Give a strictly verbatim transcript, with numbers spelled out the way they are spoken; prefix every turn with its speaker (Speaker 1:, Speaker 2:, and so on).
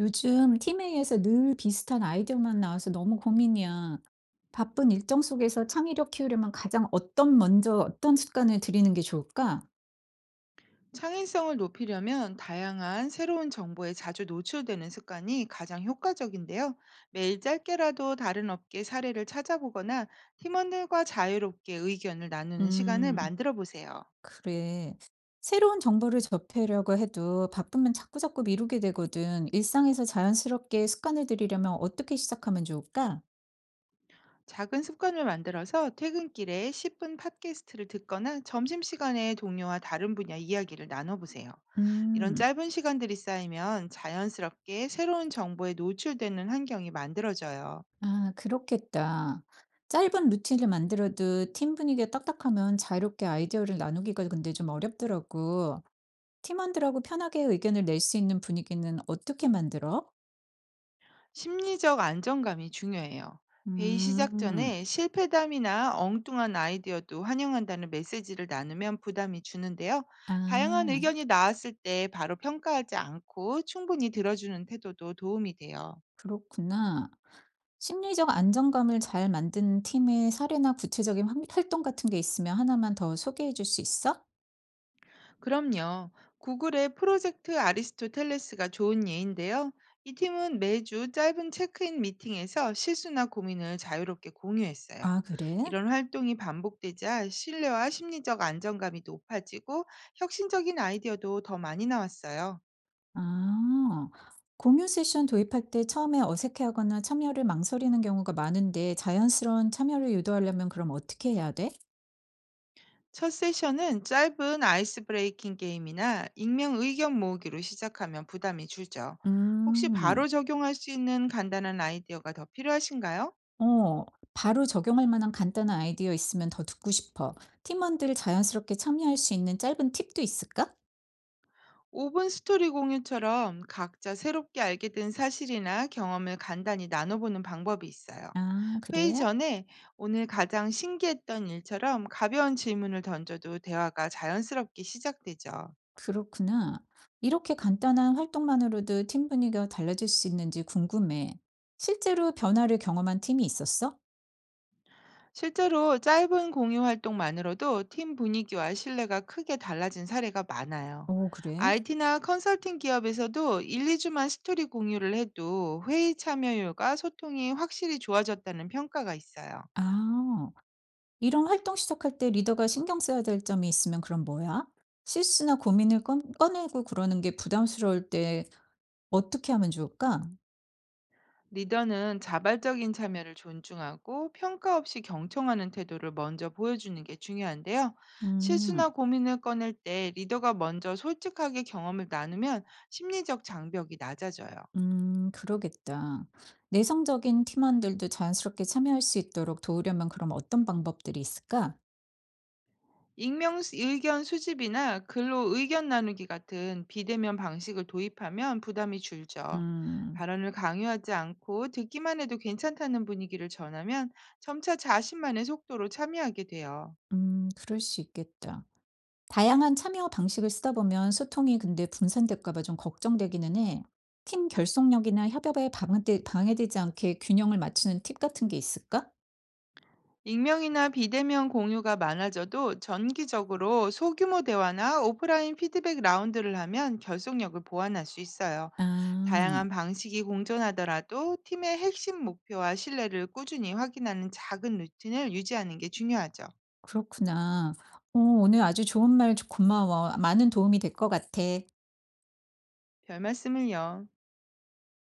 Speaker 1: 요즘 팀회의에서 늘 비슷한 아이디어만 나와서 너무 고민이야. 바쁜 일정 속에서 창의력 키우려면 가장 어떤 먼저 어떤 습관을 들이는 게 좋을까?
Speaker 2: 창의성을 높이려면 다양한 새로운 정보에 자주 노출되는 습관이 가장 효과적인데요. 매일 짧게라도 다른 업계 사례를 찾아보거나 팀원들과 자유롭게 의견을 나누는 시간을
Speaker 1: 음.
Speaker 2: 만들어 보세요.
Speaker 1: 그래. 새로운 정보를 접하려고 해도 바쁘면 자꾸자꾸 미루게 되거든. 일상에서 자연스럽게 습관을 들이려면 어떻게 시작하면 좋을까?
Speaker 2: 작은 습관을 만들어서 퇴근길에 십 분 팟캐스트를 듣거나 점심시간에 동료와 다른 분야 이야기를 나눠보세요. 이런
Speaker 1: 음,
Speaker 2: 짧은 시간들이 쌓이면 자연스럽게 새로운 정보에 노출되는 환경이 만들어져요.
Speaker 1: 아, 그렇겠다. 짧은 루틴을 만들어도 팀 분위기가 딱딱하면 자유롭게 아이디어를 나누기가 근데 좀 어렵더라고. 팀원들하고 편하게 의견을 낼 수 있는 분위기는 어떻게 만들어?
Speaker 2: 심리적 안정감이 중요해요. 회의 시작
Speaker 1: 음,
Speaker 2: 전에 실패담이나 엉뚱한 아이디어도 환영한다는 메시지를 나누면 부담이 주는데요. 다양한
Speaker 1: 아.
Speaker 2: 의견이 나왔을 때 바로 평가하지 않고 충분히 들어주는 태도도 도움이 돼요.
Speaker 1: 그렇구나. 심리적 안정감을 잘 만드는 팀의 사례나 구체적인 활- 활동 같은 게 있으면 하나만 더 소개해 줄 수 있어?
Speaker 2: 그럼요. 구글의 프로젝트 아리스토텔레스가 좋은 예인데요. 이 팀은 매주 짧은 체크인 미팅에서 실수나 고민을 자유롭게 공유했어요.
Speaker 1: 아, 그래?
Speaker 2: 이런 활동이 반복되자 신뢰와 심리적 안정감이 높아지고 혁신적인 아이디어도 더 많이 나왔어요.
Speaker 1: 아, 공유 세션 도입할 때 처음에 어색해하거나 참여를 망설이는 경우가 많은데 자연스러운 참여를 유도하려면 그럼 어떻게 해야 돼?
Speaker 2: 첫 세션은 짧은 아이스 브레이킹 게임이나 익명 의견 모으기로 시작하면 부담이 줄죠. 혹시
Speaker 1: 음,
Speaker 2: 바로 적용할 수 있는 간단한 아이디어가 더 필요하신가요?
Speaker 1: 어, 바로 적용할 만한 간단한 아이디어 있으면 더 듣고 싶어. 팀원들 자연스럽게 참여할 수 있는 짧은 팁도 있을까?
Speaker 2: 오 분 스토리 공유처럼 각자 새롭게 알게 된 사실이나 경험을 간단히 나눠보는 방법이 있어요.
Speaker 1: 아,
Speaker 2: 회의
Speaker 1: 그래?
Speaker 2: 전에 오늘 가장 신기했던 일처럼 가벼운 질문을 던져도 대화가 자연스럽게 시작되죠.
Speaker 1: 그렇구나. 이렇게 간단한 활동만으로도 팀 분위기가 달라질 수 있는지 궁금해. 실제로 변화를 경험한 팀이 있었어?
Speaker 2: 실제로 짧은 공유 활동만으로도 팀 분위기와 신뢰가 크게 달라진 사례가 많아요.
Speaker 1: 오, 그래?
Speaker 2: 아이티나 컨설팅 기업에서도 일, 이 주만 스토리 공유를 해도 회의 참여율과 소통이 확실히 좋아졌다는 평가가 있어요.
Speaker 1: 아, 이런 활동 시작할 때 리더가 신경 써야 될 점이 있으면 그럼 뭐야? 실수나 고민을 꺼, 꺼내고 그러는 게 부담스러울 때 어떻게 하면 좋을까?
Speaker 2: 리더는 자발적인 참여를 존중하고 평가 없이 경청하는 태도를 먼저 보여주는 게 중요한데요. 실수나
Speaker 1: 음,
Speaker 2: 고민을 꺼낼 때 리더가 먼저 솔직하게 경험을 나누면 심리적 장벽이 낮아져요.
Speaker 1: 음, 그러겠다. 내성적인 팀원들도 자연스럽게 참여할 수 있도록 도우려면 그럼 어떤 방법들이 있을까?
Speaker 2: 익명 수- 의견 수집이나 글로 의견 나누기 같은 비대면 방식을 도입하면 부담이 줄죠.
Speaker 1: 음,
Speaker 2: 발언을 강요하지 않고 듣기만 해도 괜찮다는 분위기를 전하면 점차 자신만의 속도로 참여하게 돼요.
Speaker 1: 음, 그럴 수 있겠다. 다양한 참여 방식을 쓰다 보면 소통이 근데 분산될까 봐 좀 걱정되기는 해. 팀 결속력이나 협업에 방해되, 방해되지 않게 균형을 맞추는 팁 같은 게 있을까?
Speaker 2: 익명이나 비대면 공유가 많아져도 정기적으로 소규모 대화나 오프라인 피드백 라운드를 하면 결속력을 보완할 수 있어요.
Speaker 1: 아,
Speaker 2: 다양한 방식이 공존하더라도 팀의 핵심 목표와 신뢰를 꾸준히 확인하는 작은 루틴을 유지하는 게 중요하죠.
Speaker 1: 그렇구나. 어, 오늘 아주 좋은 말 주- 고마워. 많은 도움이 될 것 같아.
Speaker 2: 별 말씀을요.